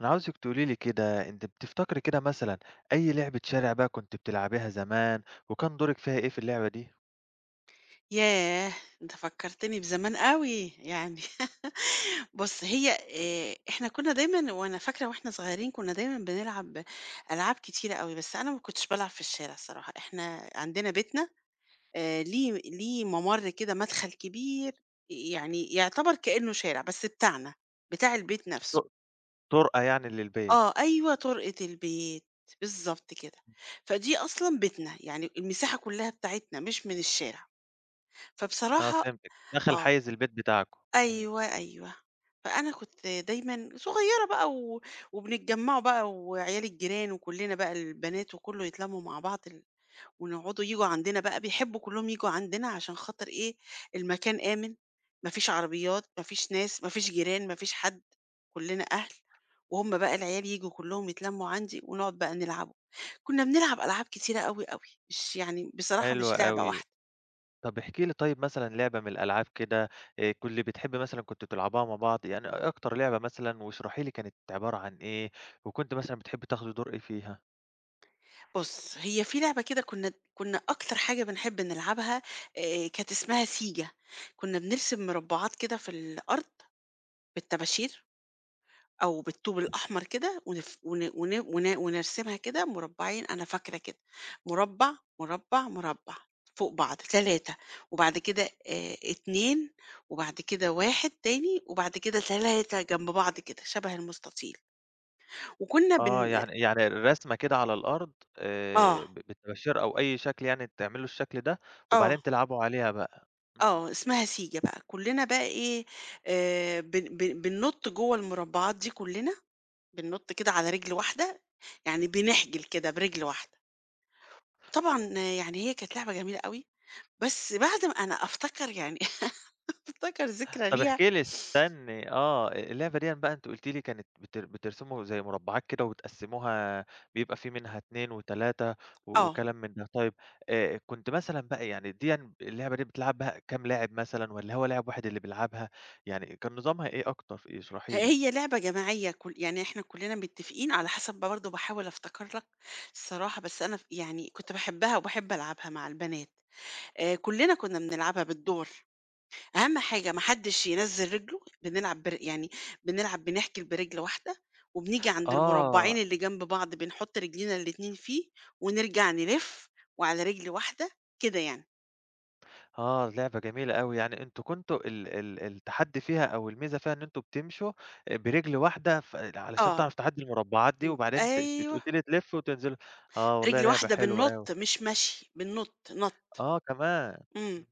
أنا عاوزِك تقولي لي كده، أنتِ بتفتكري كده مثلًا أي لعبة شارع بقى كنتِ بتلعبيها زمان، وكان دورِك فيها إيه في اللعبة دي؟ ياه! أنت فكّرتني بزمان أوي، يعني بُص هي إحنا كُنّا دايمًا وأنا فاكرة وإحنا صغيرين كُنّا دايمًا بنلعب ألعاب كتيرة أوي، بس أنا ما كنتش بالعب في الشارع الصراحة، إحنا عندنا بيتنا ليه مَمَر كده مدخل كبير يعني يعتبر كإنه شارع بس بتاعنا، بتاع البيت نَفْسه. ط طُرقة يعني للبيت. آه، أيوه طُرقة البيت، بالضبط كده. فدي أصلًا بيتنا، يعني المساحة كُلّها بتاعتنا مش من الشارع. آه، فبصراحة فهمتِك، دخل آه. حيّز البيت بتاعكم. أيوه، أيوه. فأنا كنت دايمًا صغيّرة بقى وبنتجمّعوا بقى وعيال الجيران وكُلّنا بقى البنات وكُلّه يتلمّوا مع بعض ونقعدوا ييجوا عندنا بقى، بيحبّوا كُلّهم ييجوا عندنا عشان خاطر إيه، المكان آمن، ما فيش عربيات، ما فيش ناس، ما فيش جيران، ما فيش حد، كُلّنا أهل، وهُم بقى العيال ييجوا كُلّهم يتلمّوا عندي ونقعد بقى نلعبوا. كُنّا بنلعب ألعاب كتيرة أوي، أوي، مش يعني بصراحة حلو مش لعبة أوي. واحدة. طب احكي لي طيب مثلًا لعبة من الألعاب كده بتحبي مثلًا كنتم تلعبوها مع بعض، يعني أكتر لعبة مثلًا واشرحي لي كانت عبارة عن إيه، وكنتِ مثلًا بتحبي تاخدي دور إيه فيها؟ بُص، هي في لعبة كده كنا أكتر حاجة بنحب نلعبها كانت اسمها سيجا، كنا بنرسم مربعات كده في الأرض بالطباشير أو بالطوب الأحمر كده ونف ون ون ون ونرسمها كده مربعين أنا فاكرة كده، مربع، مربع، مربع فوق بعض 3 وبعد كده 2 وبعد كده 1 تاني وبعد كده 3 جنب بعض كده شبه المستطيل، وكنا آه، بن يعني رسمة كده على الأرض، آه، بالطباشير أو أي شكل يعني تعمل له الشكل ده، آه. وبعدين تلعبوا عليها بقى. إمم، آه، اسمها سيجا بقى، كُلّنا بقى إيه، بن بن بننُط جوّه المربعات دي كُلّنا، بننُط كده على رِجل واحدة، يعني بنحجل كده برِجل واحدة. طبعًا آه، يعني هي كانت لعبة جميلة أوي، بس بعد ما أنا أفتكر يعني أفتكر ذكرى طب احكِ ليها لي استني آه، اللعبة ديًا بقى أنتِ قُلتِ لي كانت بترسموا زي مربعات كده وتقسموها، بيبقى في منها 2 و3 آه، وكلام من ده. طيب، كنت مثلًا بقى يعني ديًا اللعبة دي بتلعب بها كام لاعب مثلًا والّا هو لاعب واحد اللي بيلعبها؟ يعني كان نظامها إيه أكتر؟ اشرحي لي. هي لعبة جماعية كُل يعني إحنا كُلّنا متّفقين على حسب برضه باحاول أفتكر لك الصراحة، بس أنا ف يعني كنت باحبها وباحب ألعبها مع البنات، كُلّنا كُنّا بنلعبها بالدور. أهم حاجة ما حدّش ينزّل رجله، بنلعب بر يعني بنلعب بنحكِل برِجل واحدة، وبنيجي عند المربّعين آه. اللي جنب بعض بنحُط رجلينا الاتنين فيه، ونرجع نلِف وعلى رِجل واحدة، كده يعني. آه، لعبة جميلة أوي. يعني أنتم كنتوا ال ال التحدي فيها أو الميزة فيها إن أنتم بتمشوا برجل واحدة، علشان آه، تعرف تعدّي المربعات دي، إمم، وبعدين ت بت أيوه، قُلتِ لي تلفّوا وتنزلوا. آه والله رِجل لعبة واحدة حلوة أوي. بننُط مش مشي، بننُط نَط، آه كمان. إمم، إمم،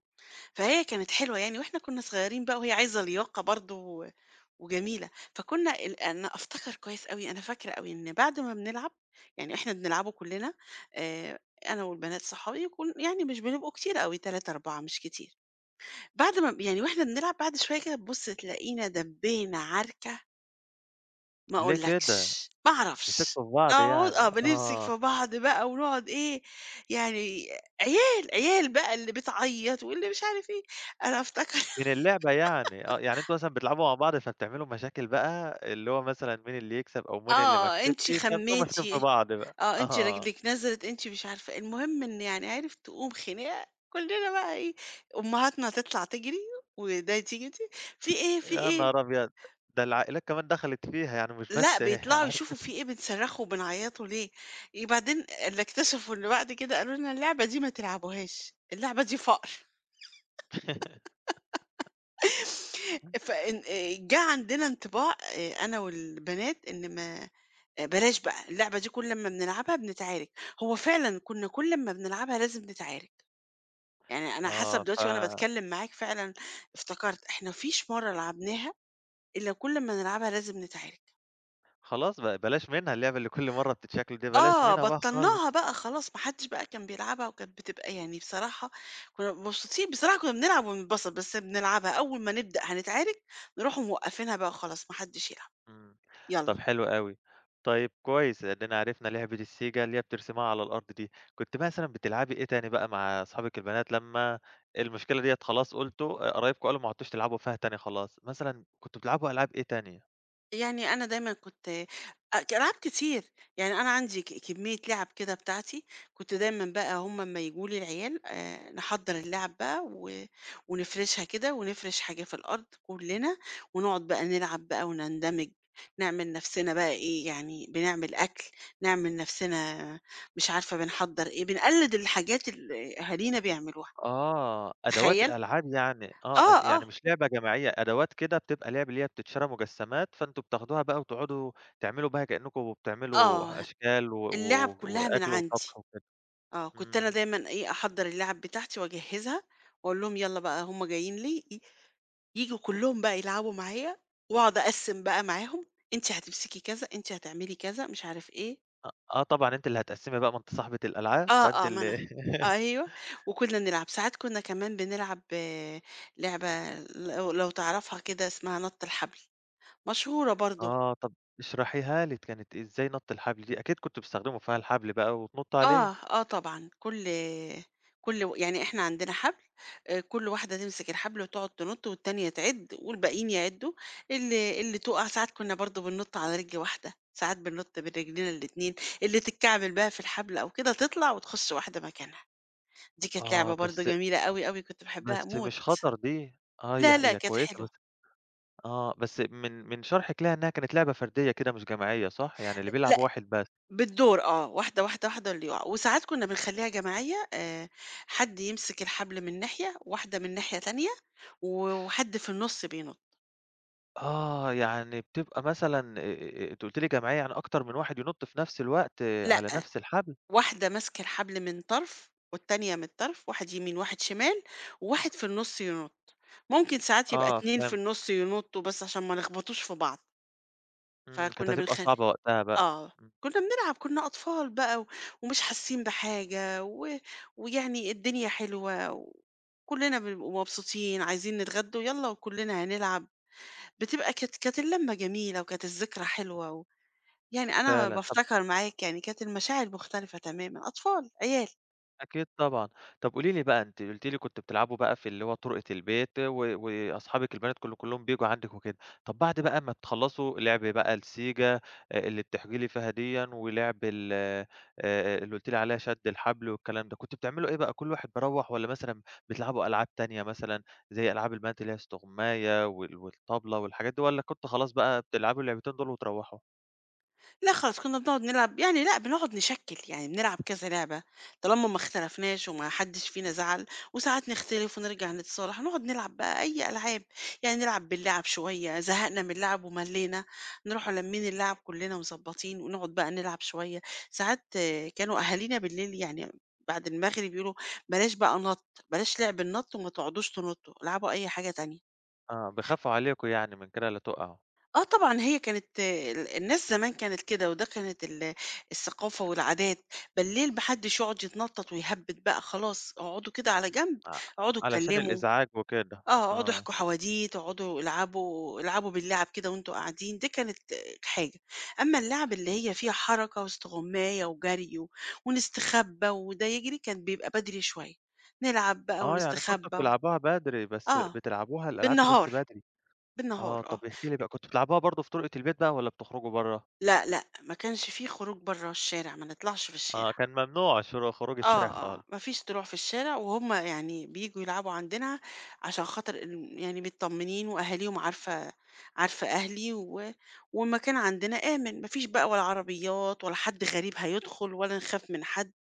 فهي كانت حلوة يعني، وإحنا كُنّا صغيّرين بقى وهي عايزة لياقة برضه وجميلة، فكنا ال أنا أفتكر كويس أوي، أنا فاكرة أوي إن بعد ما بنلعب، يعني إحنا بنلعبه كلنا آآ، أنا والبنات صحابي كن يعني مش بنبقوا كتير أوي 3، 4 مش كتير، بعد ما ب يعني وإحنا بنلعب بعد شوية كده تبُص تلاقينا دبّينا عركة ما ليه كده؟ أقولكش، ما أعرفش، مسكتوا في بعض نقعد يعني، آه، بنمسك في آه، بعض بقى ونقعد إيه، يعني عيال، عيال بقى اللي بتعيّط واللي مش عارف إيه، أنا أفتكر من اللعبة يعني، آه. يعني أنتم مثلًا بتلعبوا مع بعض فبتعملوا مشاكل بقى، اللي هو مثلًا مين اللي يكسب أو مين اللي ما آه، كسبش، أنتِ فبتبقوا خمّيتِ ماسكين في بعض بقى، آه، أنتِ آه. رجلِك نزلت، أنتِ مش عارفة إيه، المهم إن يعني عرف تقوم خناقة كلنا بقى إيه، أمهاتنا تطلع تجري وده تيجي ت "في إيه، في يا إيه؟" نهار أبيض! ده العائلات كمان دخلت فيها يعني مش لأ، بس بيطلعوا يشوفوا في إيه، بنصرخوا وبنعيطوا ليه، بعدين اللي اكتشفوا إن بعد كده قالوا لنا: "اللعبة دي ما تلعبوهاش، اللعبة دي فقر." عارف، فإن جه عندنا انطباع أنا والبنات إن ما آه، بلاش بقى، اللعبة دي كل أمّا بنلعبها بنتعارك، هو فعلًا كنا كل أمّا بنلعبها لازم نتعارك. يعني أنا حاسة دلوقتي وأنا آه. باتكلم معاك فعلًا افتكرت، إحنا ما فيش مرّة لعبناها إلا كل ما نلعبها لازم نتعارك. فخلاص بقى بلاش منها اللعبة اللي كل مرّة بتتشكل دي، بلاش آه، منها بقى خالص. بطّلناها بقى خلاص، ما حدش بقى كان بيلعبها وكانت بتبقى يعني بصراحة كنا مبسوطين بصراحة كنا بنلعب ونتبسط، بس بنلعبها أول ما نبدأ هنتعارك نروحوا موقّفينها بقى خلاص ما حدش يلعب، إمم. طب يالّا. حلو أوي. طيب كويس، إدينا عرفنا لعبة السيجا اللي هي بترسمها على الأرض دي. كنتِ مثلًا بتلعبي إيه تاني بقى مع أصحابِك البنات لمّا المشكلة ديّة خلاص قُلتوا، قرايبكم قالوا ما عدتوش تلعبوا فيها تاني خلاص، مثلًا كنتم بتلعبوا ألعاب إيه تانية؟ يعني أنا دايمًا كنت أ ك ألعاب كتير، يعني أنا عندي كمية لعب كده بتاعتي، كنت دايمًا بقى هم أمّا ييجوا لي العيال نحضّر اللعب بقى ونفرشها كده ونفرش حاجة في الأرض كلّنا، ونقعد بقى نلعب بقى ونندمج، نعمل نَفْسنا بقى إيه، يعني بنعمل أكل، نعمل نَفْسنا مش عارفة بنحضّر إيه، بنقلِّد الحاجات اللي أهالينا بيعملوها، آه، أدوات تخيّل؟ ألعاب يعني، آه. آه، آه، يعني مش لعبة جماعية، أدوات كده بتبقى لعب اللي هي بتتشرى مجسّمات، فأنتم بتاخدوها بقى وتقعدوا تعملوا بها كأنكم آه، بتعملوا أشكال و اللعب و كلّها من وأكل عندي. وطبخ وكده. آه، كنت أنا إمم. دايمًا إيه، أحضّر اللعب بتاعتي وأجهّزها وأقول لهم يالّا بقى هم جايين لي، ييجوا كلّهم بقى يلعبوا معايا وأقعد أقسّم بقى معاهم، أنتِ هتمسكي كذا، أنتِ هتعملي كذا، مش عارف إيه. أ آه طبعًا أنتِ اللي هتقسّمي بقى، ما أنتِ صاحبة الألعاب، آه، فأنتِ آه، ما اللي أنا أيوه، وكُنّا نلعب. ساعات كُنّا كمان بنلعب آه، لعبة لو تعرفها كده اسمها نَط الحبل، مشهورة برضه آه. طَب اشرحيها لي كانت إزاي نَط الحبل دي؟ أكيد كنتم بتستخدموا فيها الحبل بقى وتنطّوا عليه. آه، آه طبعًا، كل كل و يعني إحنا عندنا حبل، كل واحدة تمسك الحبل وتقعد تنُط والتانية تعِد والباقيين يعِدّوا، اللي تُقع ساعات كُنّا برضه بننُط على رِجل واحدة، ساعات بننُط برجلينا الاتنين، اللي تتكعبل بقى في الحبل أو كده تطلع وتخُش واحدة مكانها، دي كانت لعبة آه، برضه بس جميلة أوي، أوي كنت باحبها بس أموت. مش خطر دي؟ آه، هي لا، لأ كانت كويسة حلوة. بس. آه، بس من شرحِك ليها إنها كانت لعبة فردية كده مش جماعية، صح؟ يعني اللي بيلعب واحد بس. بالدور آه، واحدة، واحدة، واحدة اللي يُقع، وساعات كُنّا بنخلّيها جماعية حد يمسك الحبل من ناحية، واحدة من ناحية تانية، وحد في النُص بينُط، آه، يعني بتبقى مثلًا، أنتِ قُلتِ لي جماعية يعني أكتر من واحد ينُط في نفس الوقت، آه، لأ، على نفس الحبل؟ واحدة ماسكة الحبل من طرف، والتانية من الطرف، واحد يمين، واحد شمال، وواحد في النُص ينُط، ممكن ساعات يبقى آه، 2 في فهمت. النُص ينُطّوا بس عشان ما نخبطوش في بعض، إمم، كانت فكُنّا هتبقى بنخلّي صعبة وقتها بقى. آه، إمم. كنا بنلعب، كنا أطفال بقى ومش حاسين بحاجة ويعني الدنيا حلوة وكلّنا بنبقوا مبسوطين، عايزين نتغدوا، يالّا وكلّنا هنلعب، بتبقى كانت كانت اللمة جميلة وكانت الذكرى حلوة يعني أنا فعلًا. طَب بافتكر معاك يعني كانت المشاعر مختلفة تمامًا، أطفال، عيال. أكيد طبعًا. طب قولي لي بقى، أنتِ قُلتِ لي كنتم بتلعبوا بقى في اللي هو طُرقة البيت، وأصحابِك البنات كلّهم بييجوا عندِك وكده. طب بعد بقى ما بتخلّصوا لعب بقى السيجا اللي بتحكي لي فيها ديًا ولعب ال اللي قُلتِ لي عليها شَد الحبل والكلام ده، كنتم بتعملوا إيه بقى، كل واحد بيروّح والّا مثلًا بتلعبوا ألعاب تانية مثلًا زي ألعاب البنات اللي هي استغماية والطبلة والحاجات دي، والّا كنتم خلاص بقى بتلعبوا اللعبتين دول وتروّحوا؟ لأ خالص، كنا بنقعد نلعب يعني لأ، بنقعد نشكِّل، يعني بنلعب كذا لعبة طالما ما اختلفناش وما حدّش فينا زعل، وساعات نختلف ونرجع نتصالح، نقعد نلعب بقى أي ألعاب، يعني نلعب باللعب شوية، زهقنا من اللعب وملّينا، نروحوا لامّين اللعب كُلّنا ومضبّطين ونقعد بقى نلعب شوية، ساعات آه، كانوا أهالينا بالليل يعني بعد المغرب يقولوا بلاش بقى نَط، بلاش لعب النَط وما تقعدوش تنطّوا، العبوا أي حاجة تانية. آه، بيخافوا عليكم يعني من كده لا تُقعوا. آه طبعًا، هي كانت الناس زمان كانت كده، وده كانت الثقافة والعادات، بالليل ما حدش يقعد يتنطط ويهبِّد بقى خلاص، اقعدوا كده على جنب، ع اقعدوا علشان اتكلموا، الإزعاج وكده. آه، اقعدوا آه. احكوا حواديت، اقعدوا العبوا العبوا باللعب كده وأنتم قاعدين، دي كانت حاجة. أمّا اللعب اللي هي فيها حركة واستغماية وجري ونستخبى وده يجري، كان بيبقى بدري شوية، نلعب بقى آه، يعني كنتم ونستخبى و بتلعبوها بدري، بس آه، بتلعبوها الألعاب دي بس بالنهار، بدري. بالنهار آه، آه. طَب احكِ لي بقى كنتم بتلعبوها برضه في طرقة البيت بقى والّا بتخرجوا برّه؟ لأ، لأ، ما كانش في خروج برّه الشارع، ما نطلعش في آه، الشارع. كان ممنوع خروج الشارع آه، آه، خالص. ما فيش طلوع في الشارع وهُم يعني بييجوا يلعبوا عندنا عشان خاطر يعني متطمنين وأهاليهم عارفة عارفة أهلي والمكان عندنا آمن، ما فيش بقى ولا عربيات ولا حد غريب هيدخل ولا نخاف من حد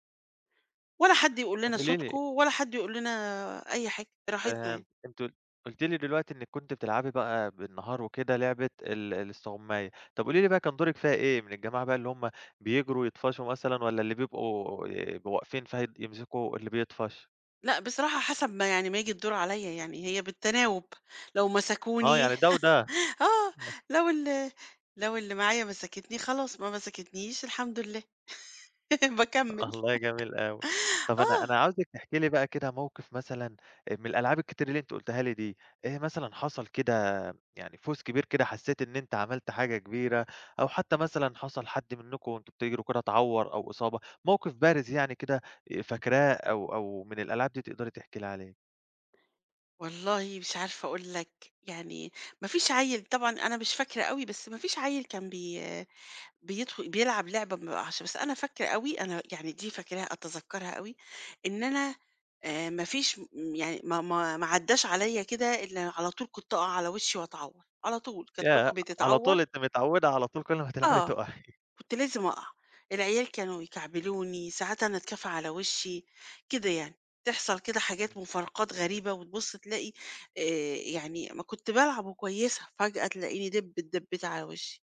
ولا حد يقول طَب لنا قولي صوتكم لي ولا حد يقول لنا أي حاجة، براحتنا يعني. فهمت. أنتِ قل قُلتِ لي دلوقتي إنِّك كنتِ بتلعبي بقى بالنهار وكده لعبة الاستغماية. طَب قولي لي بقى كان دورِك فيها إيه؟ من الجماعة بقى اللي هُم بيجروا يطفشوا مثلًا والّا اللي بيبقوا واقفين فهي يمسكوا اللي بيطفش؟ لأ، بصراحة حسب ما يعني ما ييجي الدور عليّا يعني، هي بالتناوب، لو آه، مسكوني يعني ده وده. آه، لو ال لو اللي معايا مسكتني خلاص، ما مسكتنيش الحمد لله باكمّل. الله، جميل أوي. طَب أنا آه، أنا عاوزِك تحكي لي بقى كده موقف مثلًا، من الألعاب الكتير اللي أنتِ قُلتيها لي دي، إيه مثلًا حصل كده، يعني فوز كبير كده حسّيت إن أنت عملت حاجة كبيرة، أو حتى مثلًا حصل حد منكم وأنتم بتجروا كده اتعوّر أو إصابة، موقف بارز يعني كده فاكراه، أو أو من الألعاب دي تقدري تحكي لي عليه؟ والله مش عارفة أقول لك، يعني ما فيش عيّل طبعًا أنا مش فاكرة أوي، بس ما فيش عيّل كان بي بيدخل بيلعب لعبة ما بيقعش، بس أنا فاكرة أوي، أنا يعني دي فاكراها أتذكّرها أوي، إن أنا ما فيش م يعني ما عدّاش عليّا كده إلا على طول كنت أقع على وشّي وأتعوّر، على طول كانت ياه! ركبي على تتعوّر طول أنتِ متعوّدة، على طول كل ما تلعبي آه. تُقعي. كنت لازم أقع العيال كانوا يكعبلوني ساعات أنا أتكافئ على وشي كده يعني تحصل كده حاجات إمم. مفارقات غريبة وتبص تلاقي آه، يعني ما كنت بلعب وكويسة فجأة تلاقيني دب اتدبت على وشي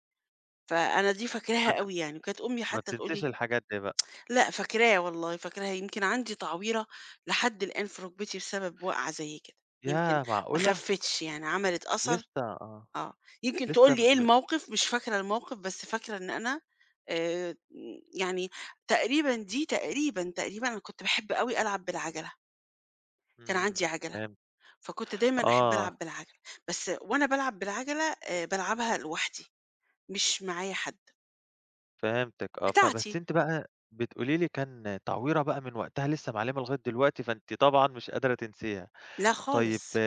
إمم. فأنا دي فاكراها فأنتِ قوي يعني وكانت أمي ما حتى بتنسيش تقولي الحاجات دي بقى. لا فاكراها والله فاكراها يمكن عندي تعويرة لحد الآن في ركبتي بسبب وقعة زي كده يمكن ياه ما معقولة! خفتش يعني عملت أثر لسه، آه. آه، يمكن لسه تقول لي إيه م الموقف، مش فاكرة الموقف، بس فاكرة إن أنا آآ، يعني تقريبًا دي تقريبًا، تقريبًا أنا كنت باحب أوي ألعب بالعَجَلة، كان إمم. عندي عَجَلة، فهمت. فكنت دايمًا أحب آه، ألعب بالعَجَلة، بس وأنا بالعب بالعَجَلة بالعبها لوحدي، مش معايا حد، فهمتِك. آه، فبس بتاعتي، أنتِ بقى بتقولي لي كان تعويرة بقى من وقتها لسه معلمة لغاية دلوقتي، فأنتِ طبعًا مش قادرة تنسيها. لا طيب، خالص،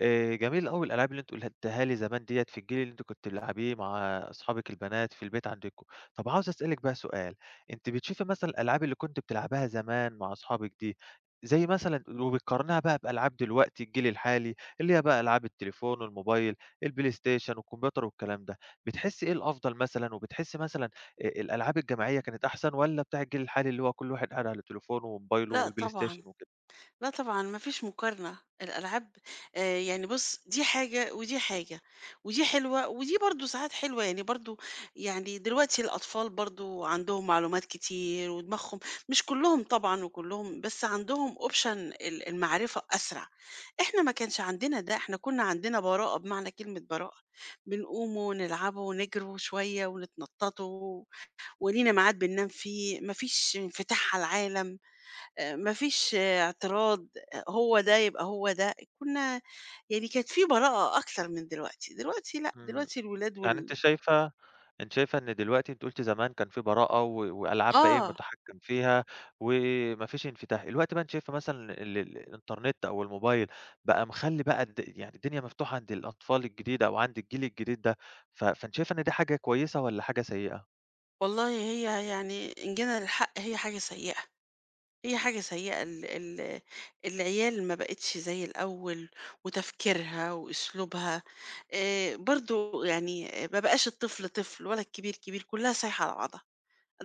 جميل أوي الألعاب اللي أنتِ قُلتيها لي زمان ديّة في الجيل اللي أنتِ كنتِ بتلعبيه مع أصحابِك البنات في البيت عندكم. طب عاوز أسألِك بقى سؤال، أنتِ بتشوفي مثلًا الألعاب اللي كنتِ بتلعبيها زمان مع أصحابِك دي، زي مثلًا وبتقارنيها بقى بألعاب دلوقتي الجيل الحالي، اللي هي بقى ألعاب التليفون والموبايل، البلايستيشن والكمبيوتر والكلام ده، بتحسّي إيه الأفضل مثلًا، وبتحسّي مثلًا الألعاب الجماعية كانت أحسن والّا بتاع الجيل الحالي اللي هو كل واحد قاعد على تليفونه وموبايله لأ طبعًا. والبلايستيشن وكده؟ لأ طبعًا، ما فيش مقارنة، الألعاب يعني بُص، دي حاجة ودي حاجة، ودي حلوة ودي برضه ساعات حلوة، يعني برضه يعني دلوقتي الأطفال برضه عندهم معلومات كتير ودماغهم مش كلّهم طبعًا وكلّهم، بس عندهم option المعرفة أسرع، إحنا ما كانش عندنا ده، إحنا كُنّا عندنا براءة بمعنى كلمة براءة، بنقوم ونلعبوا ونجروا شوية ونتنططوا ولينا ميعاد بننام فيه، ما فيش انفتاح على العالم. ما فيش اعتراض، آه، هو ده يبقى هو ده، كنا يعني كانت في براءة أكتر من دلوقتي، دلوقتي لأ، إمم. دلوقتي الولاد يعني أنتِ شايفة أنتِ شايفة إن دلوقتي، أنتِ قُلتِ زمان كان في براءة وألعاب بقى إيه آه، مُتحكّم فيها وما فيش انفتاح، الوقت بقى أنتِ شايفة مثلًا ال ال الإنترنت أو الموبايل بقى مخلّي بقى يعني الدنيا مفتوحة عند الأطفال الجديدة أو عند الجيل الجديد ده، فأنتِ شايفة إن دي حاجة كويسة والّا حاجة سيئة؟ والله هي يعني إن جينا للحق هي حاجة سيئة، هي حاجة سيئة ال ال العيال ما بقِتش زي الأول، وتفكيرها وأسلوبها، برضه يعني آه، ما بقاش الطفل طفل ولا الكبير كبير، كلّها سايحة على بعضها.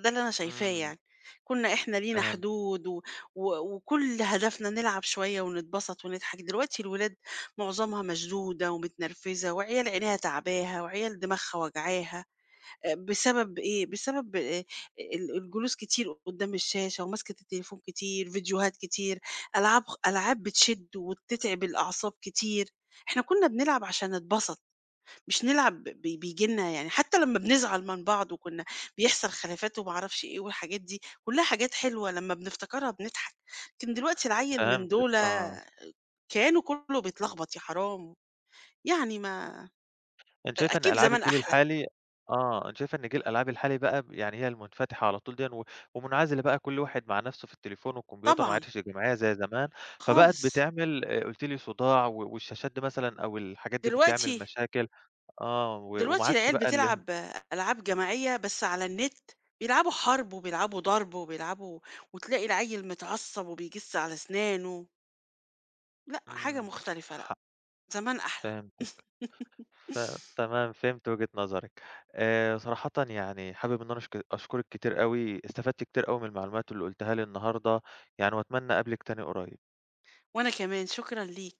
ده اللي أنا شايفاه إمم. يعني، كنا إحنا لينا فهمت. حدود و و وكل هدفنا نلعب شوية ونتبسط ونضحك، دلوقتي الولاد معظمها مشدودة ومتنرفزة وعيال عينيها تعباها وعيال دماغها وجعاها، بسبب إيه؟ بسبب ال الجلوس كتير قدّام الشاشة وماسكة التليفون كتير، فيديوهات كتير، ألعاب بتشد وبتتعب الأعصاب كتير، إحنا كنا بنلعب عشان نتبسط. مش نلعب ب بييجي لنا يعني حتى لمّا بنزعل من بعض وكنا بيحصل خلافات وما أعرفش إيه والحاجات دي، كلّها حاجات حلوة لمّا بنفتكرها بنضحك، لكن دلوقتي العيّل من فهمتِك، دُولة آه. كيانه كلّه بيتلخبط يا حرام، يعني ما أنتِ شايفة إن أكيد ألعاب زمان الجيل أحلى، الحالي، آه، أنتِ شايفة إن جيل الألعاب الحالي بقى يعني هي المنفتحة على طول ديًا ومنعزلة بقى كل واحد مع نفسه في التليفون والكمبيوتر، ما طبعًا عادش جماعية زي زمان، فبقت خالص، بتعمل قُلتِ لي صداع، والشاشات دي مثلًا أو الحاجات دي بتعمل دلوقتي مشاكل. آه، وما دلوقتي عادش العيال بقى اللي هو بتلعب ألعاب جماعية بس على النت، بيلعبوا حرب وبيلعبوا ضرب وبيلعبوا وتلاقي العيّل متعصب وبيجِس على أسنانه، لأ حاجة إمم، مختلفة حق. زمان أحلى فهمتِك. ف تمام، فهمت وجهة نظرِك. صراحةً يعني حابب إن أنا أشكرِك كتير أوي، استفدت كتير أوي من المعلومات اللي قُلتيها لي النهارده، يعني وأتمنى أقابلِك تاني قريب. وأنا كمان شكرًا ليك.